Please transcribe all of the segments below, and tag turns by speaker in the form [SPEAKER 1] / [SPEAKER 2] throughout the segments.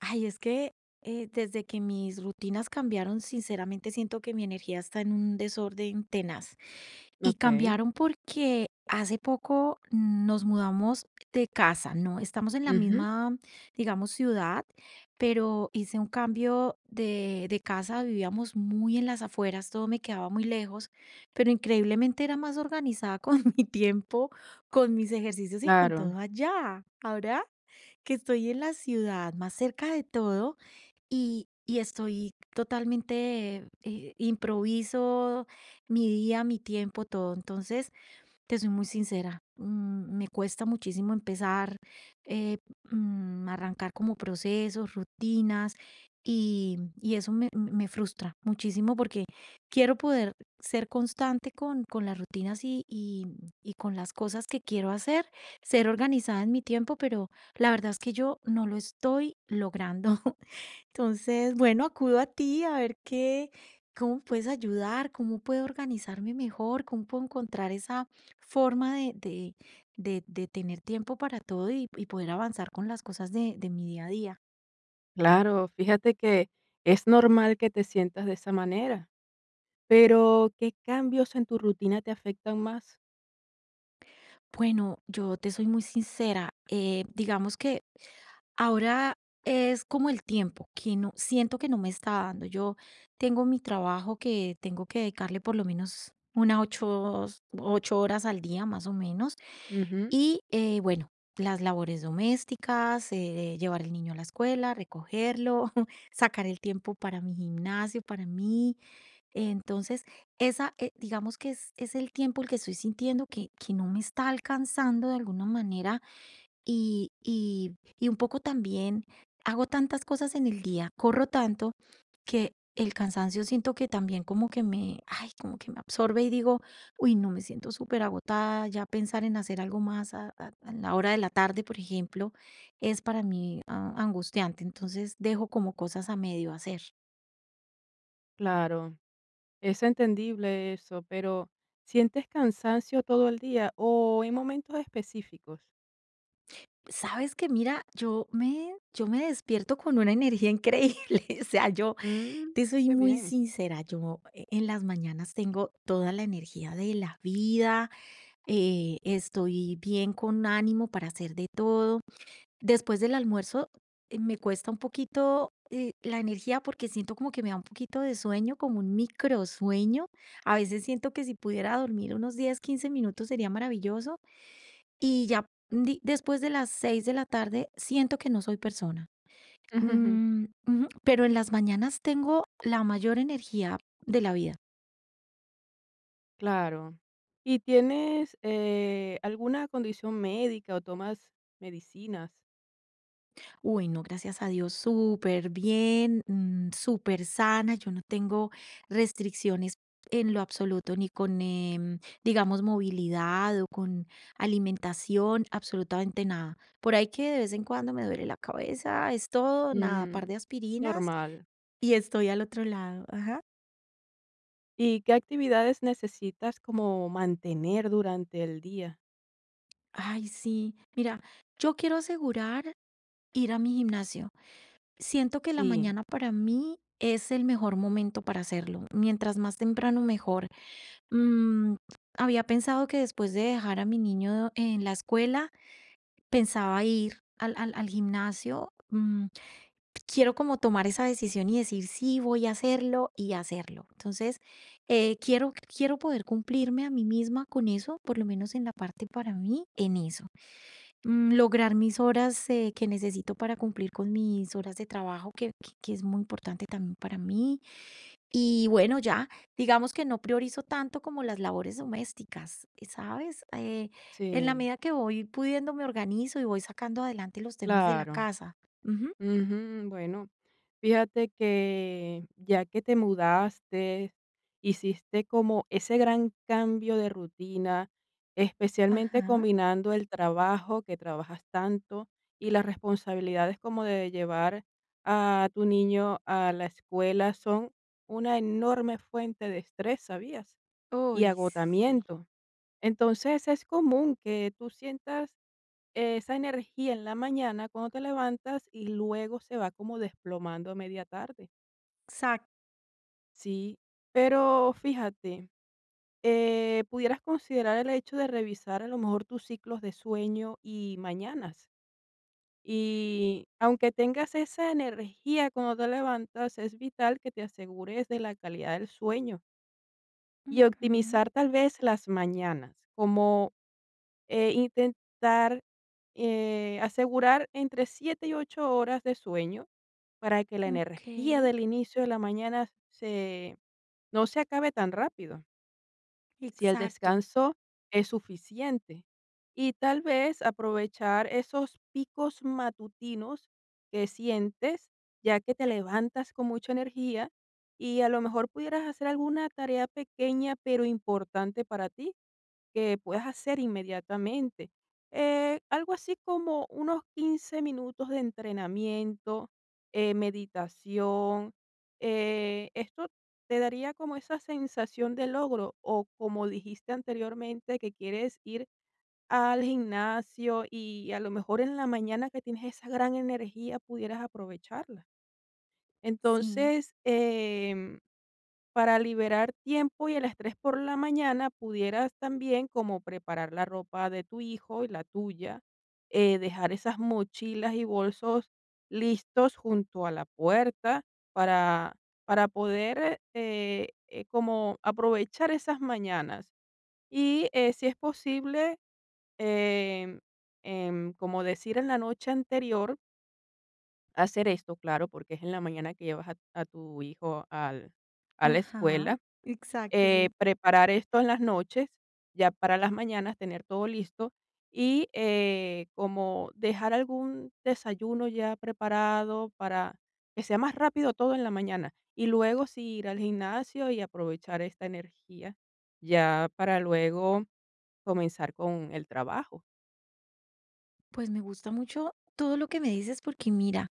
[SPEAKER 1] Ay, es que desde que mis rutinas cambiaron, sinceramente siento que mi energía está en un desorden tenaz. Y
[SPEAKER 2] Okey.
[SPEAKER 1] cambiaron porque hace poco nos mudamos de casa, ¿no? Estamos en la
[SPEAKER 2] Ujú.
[SPEAKER 1] misma, digamos, ciudad, pero hice un cambio de casa, vivíamos muy en las afueras, todo me quedaba muy lejos, pero increíblemente era más organizada con mi tiempo, con mis ejercicios y con
[SPEAKER 2] Claro,
[SPEAKER 1] todo allá. Ahora que estoy en la ciudad más cerca de todo y estoy totalmente improviso mi día, mi tiempo, todo. Entonces, te soy muy sincera, mm, me cuesta muchísimo empezar, eh, arrancar como procesos, rutinas y eso me frustra muchísimo porque quiero poder ser constante con las rutinas y con las cosas que quiero hacer, ser organizada en mi tiempo, pero la verdad es que yo no lo estoy logrando. Entonces, bueno, acudo a ti a ver qué, cómo puedes ayudar, cómo puedo organizarme mejor, cómo puedo encontrar esa forma de tener tiempo para todo y poder avanzar con las cosas de mi día a día.
[SPEAKER 2] claro. Fíjate que es normal que te sientas de esa manera, pero, ¿qué cambios en tu rutina te afectan más?
[SPEAKER 1] Bueno, yo te soy muy sincera, digamos que ahora es como el tiempo que no siento que no me está dando. Yo tengo mi trabajo que tengo que dedicarle por lo menos unas 8 horas al día, más o menos.
[SPEAKER 2] Ujú.
[SPEAKER 1] Y bueno, las labores domésticas, llevar el niño a la escuela, recogerlo, sacar el tiempo para mi gimnasio, para mí. Entonces, esa, digamos que es el tiempo el que estoy sintiendo que no me está alcanzando de alguna manera y un poco también hago tantas cosas en el día, corro tanto que el cansancio siento que también como que me, ay, como que me absorbe y digo, uy, no me siento súper agotada, ya pensar en hacer algo más a, a la hora de la tarde, por ejemplo, es para mí ah, angustiante, entonces dejo como cosas a medio hacer.
[SPEAKER 2] Claro, es entendible eso, pero, ¿sientes cansancio todo el día o en momentos específicos?
[SPEAKER 1] Sabes que mira, yo me despierto con una energía increíble. O sea, yo
[SPEAKER 2] Mm,
[SPEAKER 1] te soy
[SPEAKER 2] qué
[SPEAKER 1] muy
[SPEAKER 2] bien.
[SPEAKER 1] sincera. Yo en las mañanas tengo toda la energía de la vida. Estoy bien con ánimo para hacer de todo. Después del almuerzo me cuesta un poquito la energía porque siento como que me da un poquito de sueño, como un microsueño. A veces siento que si pudiera dormir unos 10, 15 minutos sería maravilloso y ya di después de las 6 de la tarde siento que no soy persona.
[SPEAKER 2] Ujú,
[SPEAKER 1] Mm, ujú, pero en las mañanas tengo la mayor energía de la vida.
[SPEAKER 2] Claro. ¿Y tienes, alguna condición médica o tomas medicinas?
[SPEAKER 1] Uy, no, gracias a Dios, súper bien, mm, súper sana. Yo no tengo restricciones en lo absoluto, ni con, digamos, movilidad o con alimentación, absolutamente nada. Por ahí que de vez en cuando me duele la cabeza, es todo, nada, par
[SPEAKER 2] Ujú.
[SPEAKER 1] de aspirinas
[SPEAKER 2] Normal.
[SPEAKER 1] y estoy al otro lado. Ajá.
[SPEAKER 2] ¿Y qué actividades necesitas como mantener durante el día?
[SPEAKER 1] Ay, sí. Mira, yo quiero asegurar ir a mi gimnasio. Siento que la
[SPEAKER 2] Sí,
[SPEAKER 1] mañana para mí es el mejor momento para hacerlo. Mientras más temprano, mejor. Mm, había pensado que después de dejar a mi niño en la escuela, pensaba ir al gimnasio. Mm, quiero como tomar esa decisión y decir, sí, voy a hacerlo y hacerlo. Entonces, quiero poder cumplirme a mí misma con eso, por lo menos en la parte para mí, en eso mm, lograr mis horas que necesito para cumplir con mis horas de trabajo, que es muy importante también para mí. Y bueno, ya, digamos que no priorizo tanto como las labores domésticas, ¿sabes? En la
[SPEAKER 2] Sí,
[SPEAKER 1] medida que voy pudiendo me organizo y voy sacando adelante los temas de la
[SPEAKER 2] claro.
[SPEAKER 1] casa. Ujú.
[SPEAKER 2] Ujú, Bueno, fíjate que ya que te mudaste, hiciste como ese gran cambio de rutina, especialmente
[SPEAKER 1] Ajá.
[SPEAKER 2] combinando el trabajo, que trabajas tanto, y las responsabilidades como de llevar a tu niño a la escuela son una enorme fuente de estrés, ¿sabías? Y
[SPEAKER 1] Uy, sí.
[SPEAKER 2] agotamiento. Entonces, es común que tú sientas esa energía en la mañana cuando te levantas y luego se va como desplomando a media tarde.
[SPEAKER 1] Exacto.
[SPEAKER 2] Sí, pero fíjate, pudieras considerar el hecho de revisar a lo mejor tus ciclos de sueño y mañanas. Y aunque tengas esa energía cuando te levantas, es vital que te asegures de la calidad del sueño y
[SPEAKER 1] Ujú,
[SPEAKER 2] optimizar tal vez las mañanas, como intentar, asegurar entre 7 y 8 horas de sueño para que la
[SPEAKER 1] ok.
[SPEAKER 2] energía del inicio de la mañana se no se acabe tan rápido, si el
[SPEAKER 1] Exacto.
[SPEAKER 2] descanso es suficiente. Y tal vez aprovechar esos picos matutinos que sientes, ya que te levantas con mucha energía y a lo mejor pudieras hacer alguna tarea pequeña, pero importante para ti que puedas hacer inmediatamente. Algo así como unos 15 minutos de entrenamiento, meditación. Esto te daría como esa sensación de logro o como dijiste anteriormente que quieres ir al gimnasio y a lo mejor en la mañana que tienes esa gran energía pudieras aprovecharla.
[SPEAKER 1] Sí.
[SPEAKER 2] Entonces, para liberar tiempo y el estrés por la mañana, pudieras también como preparar la ropa de tu hijo y la tuya, dejar esas mochilas y bolsos listos junto a la puerta para, para poder como aprovechar esas mañanas. Y si es posible, em, como decir en la noche anterior, hacer esto, claro, porque es en la mañana que llevas a tu hijo al, a la
[SPEAKER 1] Ajá.
[SPEAKER 2] escuela
[SPEAKER 1] Exacto, sí.
[SPEAKER 2] preparar esto en las noches, ya para las mañanas tener todo listo y, como dejar algún desayuno ya preparado para que sea más rápido todo en la mañana, y luego sí ir al gimnasio y aprovechar esta energía ya para luego comenzar con el trabajo.
[SPEAKER 1] Pues me gusta mucho todo lo que me dices porque mira,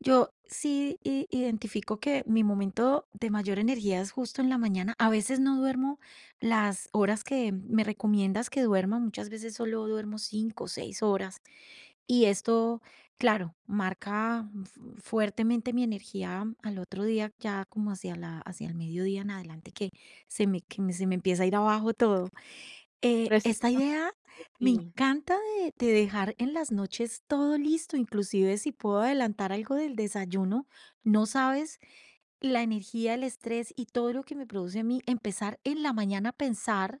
[SPEAKER 1] yo sí i identifico que mi momento de mayor energía es justo en la mañana. A veces no duermo las horas que me recomiendas que duerma, muchas veces solo duermo 5 o 6 horas. Y esto, claro, marca fu fuertemente mi energía al otro día, ya como hacia la hacia el mediodía en adelante que se me empieza a ir abajo todo. Esta idea
[SPEAKER 2] Precisamente,
[SPEAKER 1] me
[SPEAKER 2] sí,
[SPEAKER 1] encanta de dejar en las noches todo listo, inclusive si puedo adelantar algo del desayuno, no sabes la energía, el estrés y todo lo que me produce a mí empezar en la mañana a pensar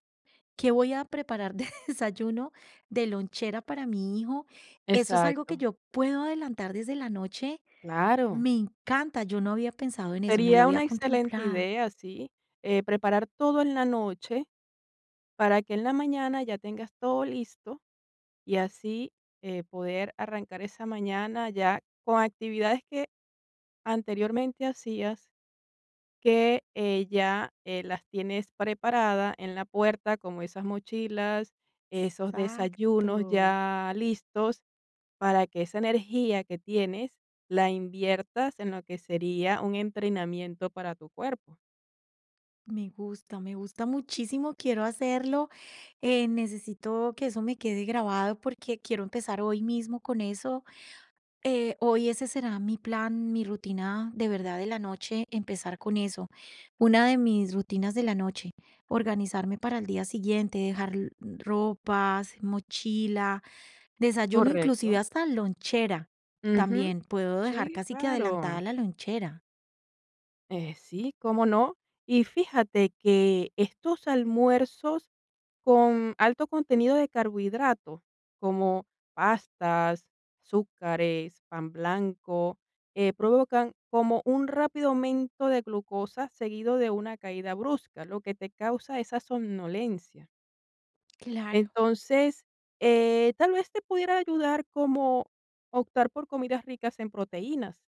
[SPEAKER 1] qué voy a preparar de desayuno, de lonchera para mi hijo. Eso es algo que
[SPEAKER 2] exacto,
[SPEAKER 1] yo puedo adelantar desde la noche.
[SPEAKER 2] claro.
[SPEAKER 1] Me encanta, yo no había pensado en eso, no lo
[SPEAKER 2] Sería
[SPEAKER 1] había
[SPEAKER 2] una excelente
[SPEAKER 1] contemplado.
[SPEAKER 2] idea, sí, preparar todo en la noche. Para que en la mañana ya tengas todo listo y así, poder arrancar esa mañana ya con actividades que anteriormente hacías, que las tienes preparada en la puerta, como esas mochilas, esos desayunos
[SPEAKER 1] Exacto.
[SPEAKER 2] ya listos, para que esa energía que tienes la inviertas en lo que sería un entrenamiento para tu cuerpo.
[SPEAKER 1] Me gusta muchísimo, quiero hacerlo. Necesito que eso me quede grabado porque quiero empezar hoy mismo con eso. Hoy ese será mi plan, mi rutina de verdad de la noche, empezar con eso. Una de mis rutinas de la noche, organizarme para el día siguiente, dejar ropas, mochila, desayuno, inclusive
[SPEAKER 2] Correcto.
[SPEAKER 1] hasta lonchera.
[SPEAKER 2] Ujú.
[SPEAKER 1] También puedo dejar
[SPEAKER 2] Sí,
[SPEAKER 1] casi que
[SPEAKER 2] claro.
[SPEAKER 1] adelantada la lonchera.
[SPEAKER 2] Sí, cómo no. Y fíjate que estos almuerzos con alto contenido de carbohidratos, como pastas, azúcares, pan blanco, provocan como un rápido aumento de glucosa seguido de una caída brusca, lo que te causa esa somnolencia.
[SPEAKER 1] Claro.
[SPEAKER 2] Entonces, tal vez te pudiera ayudar como optar por comidas ricas en proteínas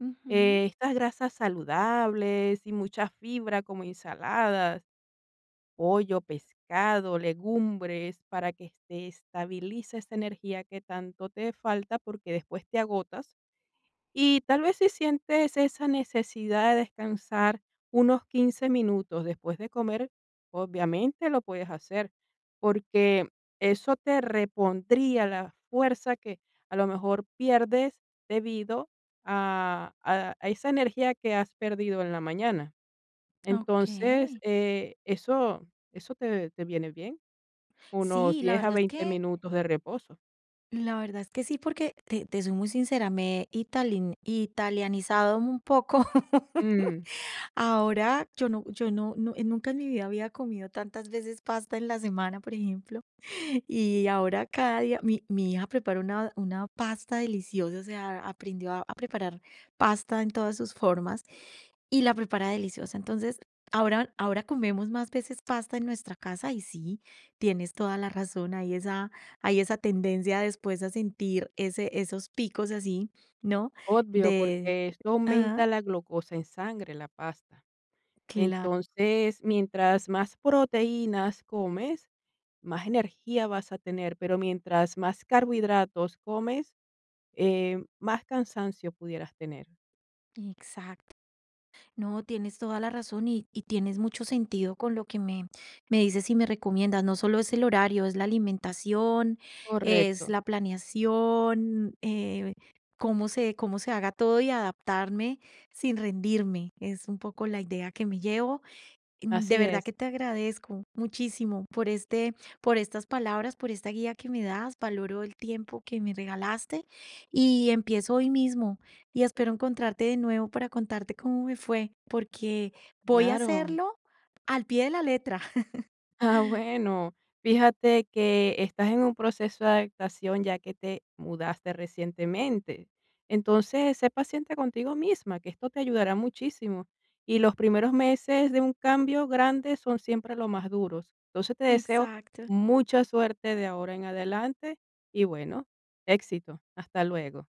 [SPEAKER 1] Ujú.
[SPEAKER 2] estas grasas saludables y mucha fibra como ensaladas, pollo, pescado, legumbres, para que te estabilice esa energía que tanto te falta porque después te agotas y tal vez si sientes esa necesidad de descansar unos 15 minutos después de comer, obviamente lo puedes hacer, porque eso te repondría la fuerza que a lo mejor pierdes debido a esa energía que has perdido en la mañana.
[SPEAKER 1] Ok.
[SPEAKER 2] Entonces, eso te, te viene bien, unos
[SPEAKER 1] Sí,
[SPEAKER 2] 10 a 20 minutos de reposo.
[SPEAKER 1] la verdad es que sí, porque te soy muy sincera, me he italin italianizado un poco.
[SPEAKER 2] Mm,
[SPEAKER 1] Ahora yo no no, nunca en mi vida había comido tantas veces pasta en la semana, por ejemplo, y ahora cada día mi hija prepara una pasta deliciosa, o sea, aprendió a preparar pasta en todas sus formas y la prepara deliciosa. Entonces, ahora comemos más veces pasta en nuestra casa y sí, tienes toda la razón, hay esa tendencia después a sentir ese esos picos así, ¿no?
[SPEAKER 2] obvio,
[SPEAKER 1] De
[SPEAKER 2] porque esto
[SPEAKER 1] ah,
[SPEAKER 2] aumenta la glucosa en sangre, la pasta.
[SPEAKER 1] claro,
[SPEAKER 2] Entonces, mientras más proteínas comes, más energía vas a tener, pero mientras más carbohidratos comes, más cansancio pudieras tener.
[SPEAKER 1] exacto. No, tienes toda la razón y tienes mucho sentido con lo que me dices y me recomiendas. No solo es el horario, es la alimentación, es
[SPEAKER 2] Correcto,
[SPEAKER 1] la planeación, cómo se haga todo y adaptarme sin rendirme. Es un poco la idea que me llevo mm, de
[SPEAKER 2] así
[SPEAKER 1] verdad
[SPEAKER 2] es,
[SPEAKER 1] que te agradezco muchísimo por por estas palabras, por esta guía que me das. Valoro el tiempo que me regalaste y empiezo hoy mismo y espero encontrarte de nuevo para contarte cómo me fue, porque voy a
[SPEAKER 2] claro.
[SPEAKER 1] hacerlo al pie de la letra.
[SPEAKER 2] Ah, bueno, fíjate que estás en un proceso de adaptación ya que te mudaste recientemente. Entonces, sé paciente contigo misma, que esto te ayudará muchísimo. Y los primeros meses de un cambio grande son siempre los más duros. Entonces, te deseo
[SPEAKER 1] Exacto.
[SPEAKER 2] mucha suerte de ahora en adelante y bueno, éxito. Hasta luego.